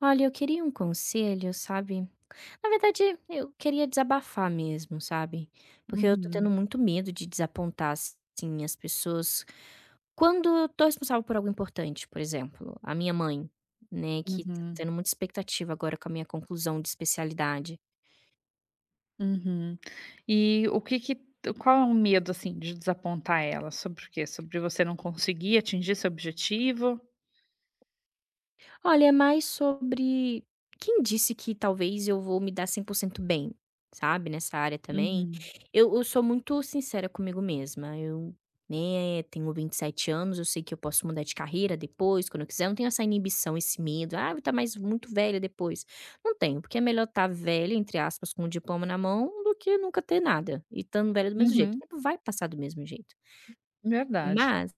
Olha, eu queria um conselho, sabe. Na verdade, eu queria desabafar mesmo, sabe. Porque eu tô tendo Uhum, muito medo de desapontar, assim, as pessoas quando eu tô responsável por algo importante, por exemplo, a minha mãe, né, que tá uhum, tendo muita expectativa agora com a minha conclusão de especialidade. uhum. E o que que Qual é o medo, assim, de desapontar ela? Sobre o quê? Sobre você não conseguir atingir seu objetivo? Olha, é mais sobre quem disse que talvez eu vou me dar 100% bem, sabe, nessa área também. Uhum, Eu sou muito sincera comigo mesma, eu, né, tenho 27 anos, eu sei que eu posso mudar de carreira depois, quando eu quiser, eu não tenho essa inibição, esse medo: "Ah, eu vou estar mais muito velha depois". Não tenho, porque é melhor estar velha, entre aspas, com o diploma na mão, do que nunca ter nada, e estando velha do mesmo jeito, o uhum, tempo vai passar do mesmo jeito. verdade. Mas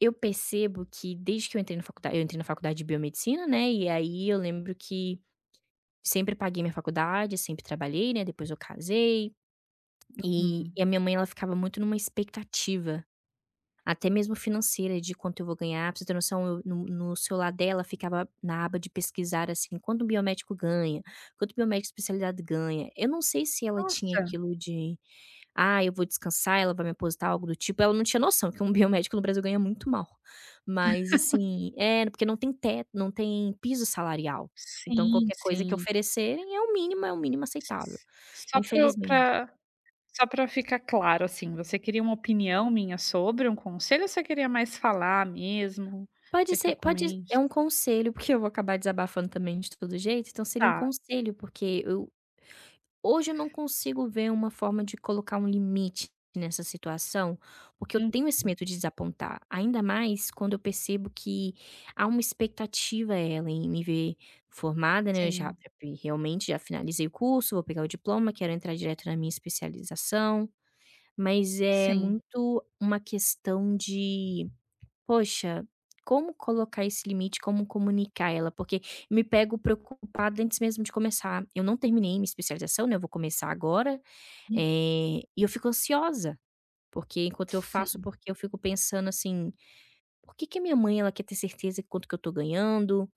eu percebo que desde que eu entrei na faculdade eu entrei na faculdade de biomedicina, né, e aí eu lembro que sempre paguei minha faculdade, sempre trabalhei, né, depois eu casei, e Uhum. e a minha mãe ela ficava muito numa expectativa, até mesmo financeira, de quanto eu vou ganhar. Pra você ter noção, eu no celular dela ficava na aba de pesquisar, assim, quanto um biomédico ganha, quanto o biomédico especializado ganha. Eu não sei se ela tinha Nossa, aquilo de "Ah, eu vou descansar, ela vai me aposentar", algo do tipo. Ela não tinha noção que um biomédico no Brasil ganha muito mal. Mas assim é, porque não tem teto, não tem piso salarial. Então sim, qualquer coisa que sim. oferecerem é o mínimo aceitável, só pra infelizmente. pra Só para ficar claro, assim, você queria uma opinião minha sobre um conselho ou você queria mais falar mesmo? Pode Quer que eu ser, pode comente? é um conselho, porque eu vou acabar desabafando também de todo jeito, então seria um Tá, conselho, porque eu hoje eu não consigo ver uma forma de colocar um limite nessa situação, porque eu uhum. tenho esse medo de desapontar, ainda mais quando eu percebo que há uma expectativa ela em me ver formada, né, eu já Sim, realmente já finalizei o curso, vou pegar o diploma, quero entrar direto na minha especialização, mas é sim, muito uma questão de poxa, como colocar esse limite, como comunicar ela? Porque eu me pego preocupada antes mesmo de começar. Eu não terminei minha especialização, né, eu vou começar agora, hum, e eu fico ansiosa, porque enquanto eu faço sim, porque eu fico pensando assim: "Por que que a minha mãe, ela quer ter certeza de quanto que eu tô ganhando?"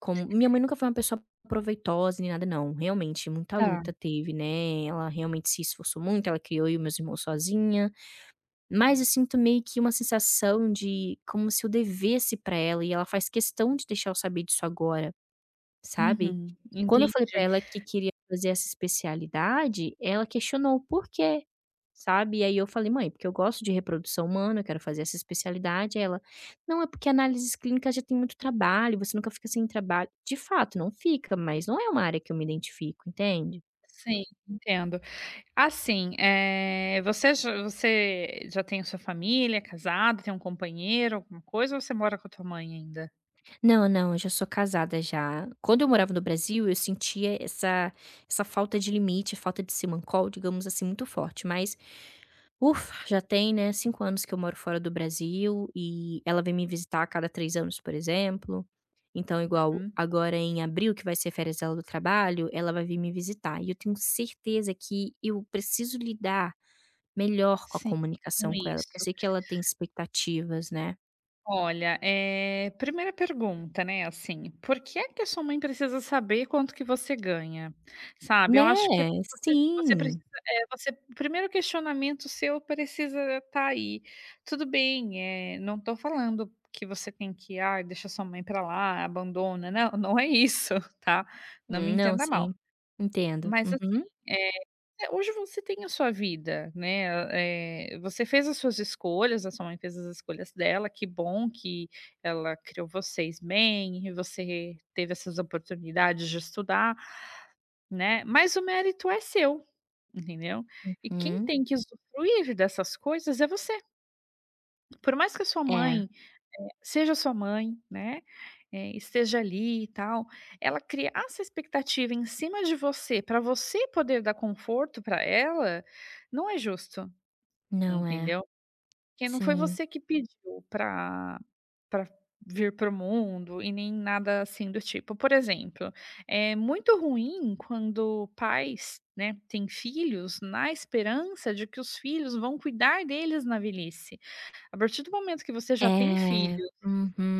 Como minha mãe nunca foi uma pessoa proveitosa nem nada não, realmente muita tá. luta teve, né, ela realmente se esforçou muito, ela criou eu e meus irmãos sozinha. Mas eu sinto meio que uma sensação de como se eu devesse pra ela e ela faz questão de deixar eu saber disso agora, sabe. Uhum, Quando eu entendi. falei pra ela que queria fazer essa especialidade, ela questionou o porquê, sabe. E aí eu falei: "Mãe, porque eu gosto de reprodução humana, eu quero fazer essa especialidade". Aí ela: "Não, é porque análises clínicas já tem muito trabalho, você nunca fica sem trabalho". De fato, não fica, mas não é uma área que eu me identifico, entende? Sim, entendo. Assim, você já tem sua família, é casado, tem um companheiro, alguma coisa, ou você mora com a tua mãe ainda? Não, não, eu já sou casada já. Quando eu morava no Brasil, eu sentia essa falta de limite, falta de simancol, digamos assim, muito forte, mas, ufa, já tem, né, 5 anos que eu moro fora do Brasil e ela vem me visitar a cada 3 anos, por exemplo. Então, igual Uhum. agora em abril, que vai ser férias dela do trabalho, ela vai vir me visitar e eu tenho certeza que eu preciso lidar melhor com a Sim, com comunicação com ela, porque eu isso. sei que ela tem expectativas, né. Olha, primeira pergunta, né, assim, por que é que a sua mãe precisa saber quanto que você ganha? Sabe, eu acho que é Né, você precisa sim. é, você o primeiro questionamento seu precisa estar aí. Tudo bem, não estou falando que você tem que: ah, deixa sua mãe para lá, abandona", não, não é isso, tá? Não me Não, entenda mal. sim. Entendo. Mas assim Uhum. é, hoje você tem a sua vida, né, ah, você fez as suas escolhas, a sua mãe fez as escolhas dela, que bom que ela criou vocês bem, e você teve essas oportunidades de estudar, né, mas o mérito é seu, entendeu. E quem Hum. tem que usufruir dessas coisas é você. Por mais que a sua É. mãe seja sua mãe, né, esteja ali e tal, ela criar essa expectativa em cima de você, para você poder dar conforto para ela, não é justo. Não é. Entendeu? Porque não foi Sim. você que pediu pra vir pro mundo e nem nada assim do tipo. Por exemplo, é muito ruim quando pais, né, têm filhos na esperança de que os filhos vão cuidar deles na velhice. A partir do momento que você já tem É. filhos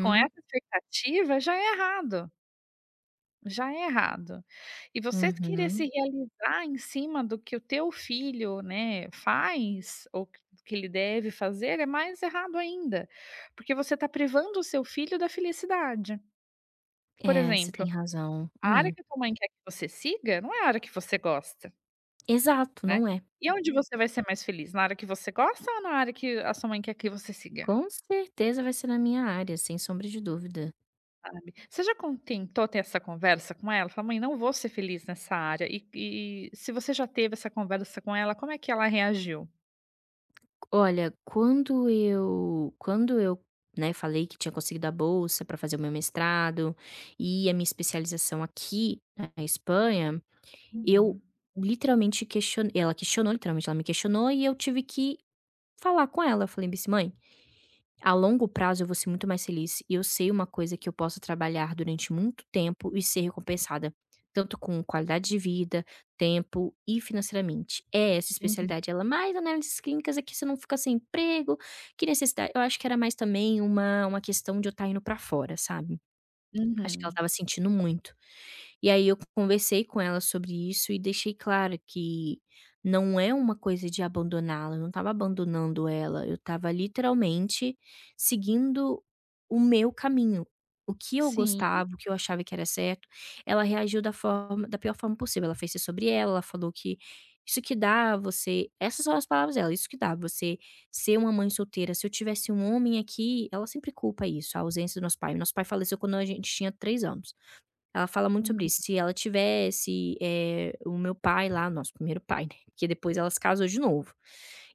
com essa expectativa, já é errado. Já é errado. E você querer Uhum. se realizar em cima do que o teu filho, né, faz ou que ele deve fazer, é mais errado ainda, porque você está privando o seu filho da felicidade. Por É, você exemplo, tem razão. a área Hum. que a tua mãe quer que você siga, não é a área que você gosta, Exato, né. não é. E onde você vai ser mais feliz, na área que você gosta ou na área que a sua mãe quer que você siga? Com certeza vai ser na minha área, sem sombra de dúvida. Sabe. Você já con tentou ter essa conversa com ela? Fala: "Mãe, não vou ser feliz nessa área". E se você já teve essa conversa com ela, como é que ela reagiu? Olha, quando eu, né, falei que tinha conseguido a bolsa para fazer o meu mestrado e a minha especialização aqui na Espanha, eu Uhum, literalmente questionei ela questionou literalmente, ela me questionou e eu tive que falar com ela, eu falei bem assim: "Mãe, a longo prazo eu vou ser muito mais feliz e eu sei uma coisa que eu posso trabalhar durante muito tempo e ser recompensada, tanto com qualidade de vida, tempo e financeiramente. É essa uhum. especialidade". Ela: "Mas análises clínicas é que você não fica sem emprego, que necessidade". Eu acho que era mais também uma questão de eu estar indo pra fora, sabe. Acho que ela Uhum. estava sentindo muito. E aí eu conversei com ela sobre isso e deixei claro que não é uma coisa de abandoná-la, eu não estava abandonando ela, eu estava literalmente seguindo o meu caminho. O que eu Sim. gostava, o que eu achava que era certo, ela reagiu da forma da pior forma possível. Ela fez isso sobre ela, ela falou que isso que dá você essas são as palavras dela, isso que dá você ser uma mãe solteira, se eu tivesse um homem aqui, ela sempre culpa isso, a ausência do nosso pai. Nosso pai faleceu quando a gente tinha 3 anos. Ela fala muito sobre Uhum, isso, se ela tivesse, o meu pai lá, nosso primeiro pai, né, porque depois ela se casou de novo.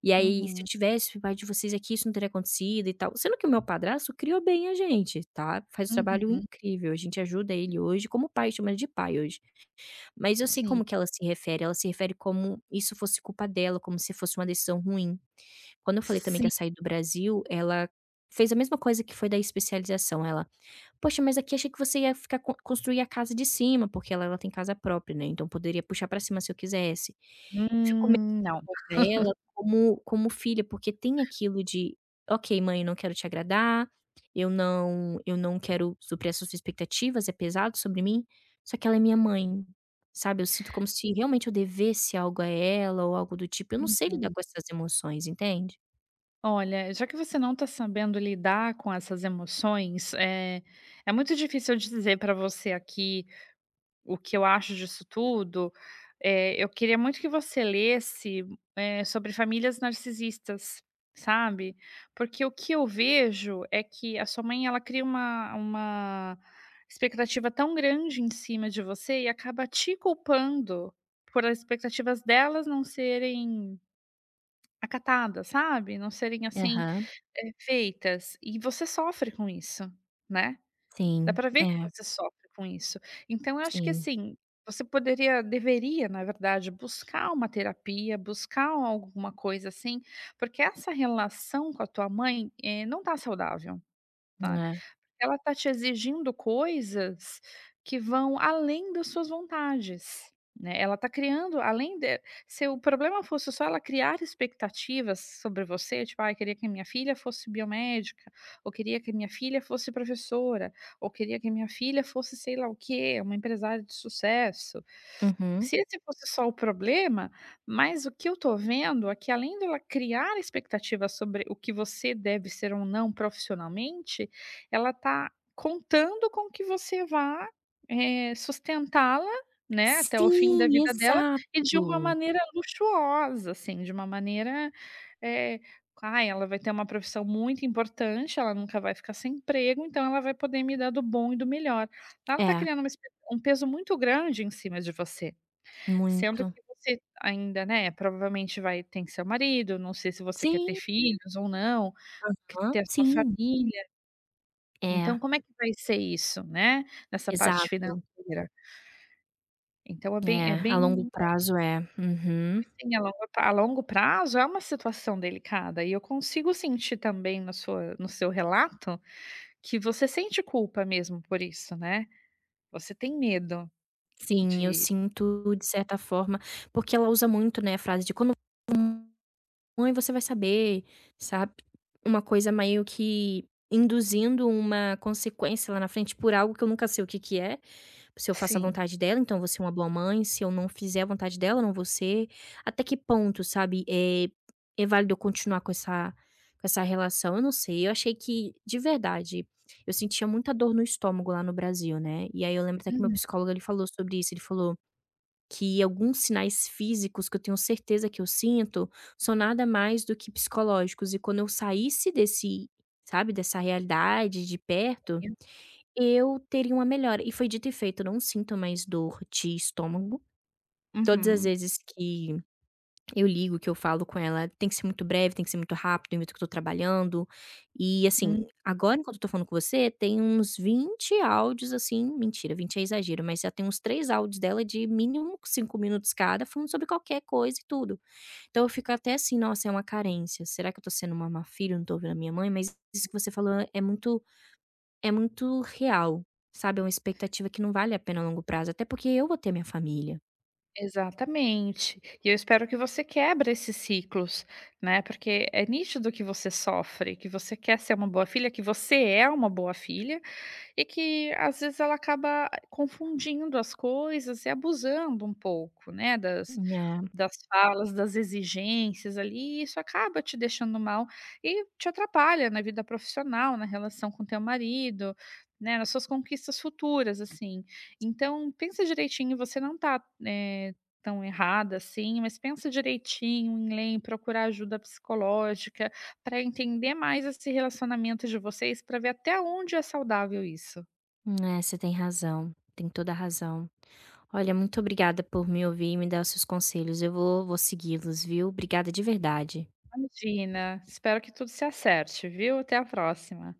E aí: "Se eu uhum, tivesse o pai de vocês aqui, isso não teria acontecido e tal". Sendo que o meu padrasto criou bem a gente, tá, faz um trabalho uhum. incrível, a gente ajuda ele hoje como pai, chama ele de pai hoje. Mas eu sei Sim. como que ela se refere como isso fosse culpa dela, como se fosse uma decisão ruim. Quando eu falei também que Sim. ia sair do Brasil, ela fez a mesma coisa que foi da especialização, ela: "Poxa, mas aqui achei que você ia ficar co construir a casa de cima", porque ela tem casa própria, né, então poderia puxar pra cima se eu quisesse. Eu fico meio Não. desapontada pra ela como filha, porque tem aquilo de: "Ok, mãe, eu não quero te agradar, eu não quero suprir as suas expectativas, é pesado sobre mim", só que ela é minha mãe, sabe, eu sinto como se realmente eu devesse algo a ela ou algo do tipo, eu não sei lidar Uhum. com essas emoções, entende? Olha, já que você não está sabendo lidar com essas emoções, é muito difícil eu dizer para você aqui o que eu acho disso tudo, eu queria muito que você lesse, sobre famílias narcisistas, sabe. Porque o que eu vejo é que a sua mãe, ela cria uma expectativa tão grande em cima de você e acaba te culpando por as expectativas delas não serem acatadas, sabe, não serem, assim, Aham. Feitas, e você sofre com isso, né. Dá Sim, pra ver que é, você sofre com isso. Então eu acho que sim, assim, você poderia deveria, na verdade, buscar uma terapia, buscar alguma coisa assim, porque essa relação com a tua mãe, não tá saudável, sabe. é. Ela está te exigindo coisas que vão além das suas vontades, né, ela está criando além de se o problema fosse só ela criar expectativas sobre você, tipo: ah, eu queria que a minha filha fosse biomédica", ou "Queria que a minha filha fosse professora", ou "Queria que a minha filha fosse sei lá o quê, uma empresária de sucesso". Uhum. Se esse fosse só o problema, mas o que eu tô vendo é que além dela criar expectativas sobre o que você deve ser ou não profissionalmente, ela tá contando com que você vá, sustentá-la, né, até o fim da Sim, vida dela e de uma exato. maneira luxuosa, assim, de uma maneira, eh, ai, ela vai ter uma profissão muito importante, ela nunca vai ficar sem emprego, então ela vai poder me dar do bom e do melhor. Ela tá É, criando uma expe um peso muito grande em cima de você. Sendo muito. que você ainda, né, provavelmente vai tem seu marido, não sei se você quer ter Sim, filhos ou não, que aham, ter a sua sim. família. É, Então como é que vai ser isso, né, nessa parte exato. financeira? Então é É, a longo bem prazo é. Uhum. assim, a longo prazo é uma situação delicada e eu consigo sentir também na sua no seu relato, que você sente culpa mesmo por isso, né. Você tem medo Sim, eu de. sinto de certa forma porque ela usa muito, né, a frase de: "Quando mãe você vai saber", sabe. Uma coisa meio que induzindo uma consequência lá na frente por algo que eu nunca sei o que que é. Se eu faço a Sim. vontade dela, então vou ser uma boa mãe, se eu não fizer a vontade dela, não vou ser. Até que ponto, sabe, é válido eu continuar com essa relação? Eu não sei, eu achei que de verdade, eu sentia muita dor no estômago lá no Brasil, né, e aí eu lembro até que meu Uhum. psicólogo ele falou sobre isso, ele falou que alguns sinais físicos que eu tenho certeza que eu sinto, são nada mais do que psicológicos e quando eu saísse desse, sabe, dessa realidade de perto, eu teria uma melhora, e foi dito e feito, eu não sinto mais dor de estômago. Todas as Uhum. vezes que eu ligo, que eu falo com ela, tem que ser muito breve, tem que ser muito rápido, enquanto que eu tô trabalhando. E, Uhum. assim, agora enquanto eu tô falando com você, tem uns 20 áudios, assim mentira, 20 é exagero, mas já tem uns 3 áudios dela de mínimo 5 minutos cada, falando sobre qualquer coisa e tudo. Então eu fico até assim: "Nossa, é uma carência. Será que eu tô sendo uma má filha, eu não tô ouvindo a minha mãe?" Mas isso que você falou é muito real, sabe, é uma expectativa que não vale a pena a longo prazo, até porque eu vou ter minha família. Exatamente. E eu espero que você quebre esses ciclos, né, porque é nítido que você sofre, que você quer ser uma boa filha, que você é uma boa filha e que às vezes ela acaba confundindo as coisas e abusando um pouco, né, das É, das falas, das exigências ali, e isso acaba te deixando mal e te atrapalha na vida profissional, na relação com teu marido, né, nas suas conquistas futuras, assim. Então pensa direitinho, você não tá, tão errada assim, mas pensa direitinho em ler, em procurar ajuda psicológica, para entender mais esse relacionamento de vocês, para ver até onde é saudável isso. é, você tem razão, tem toda a razão. Olha, muito obrigada por me ouvir e me dar os seus conselhos, eu vou segui-los, viu. Obrigada de verdade. Imagina, espero que tudo se acerte, viu? Até a próxima.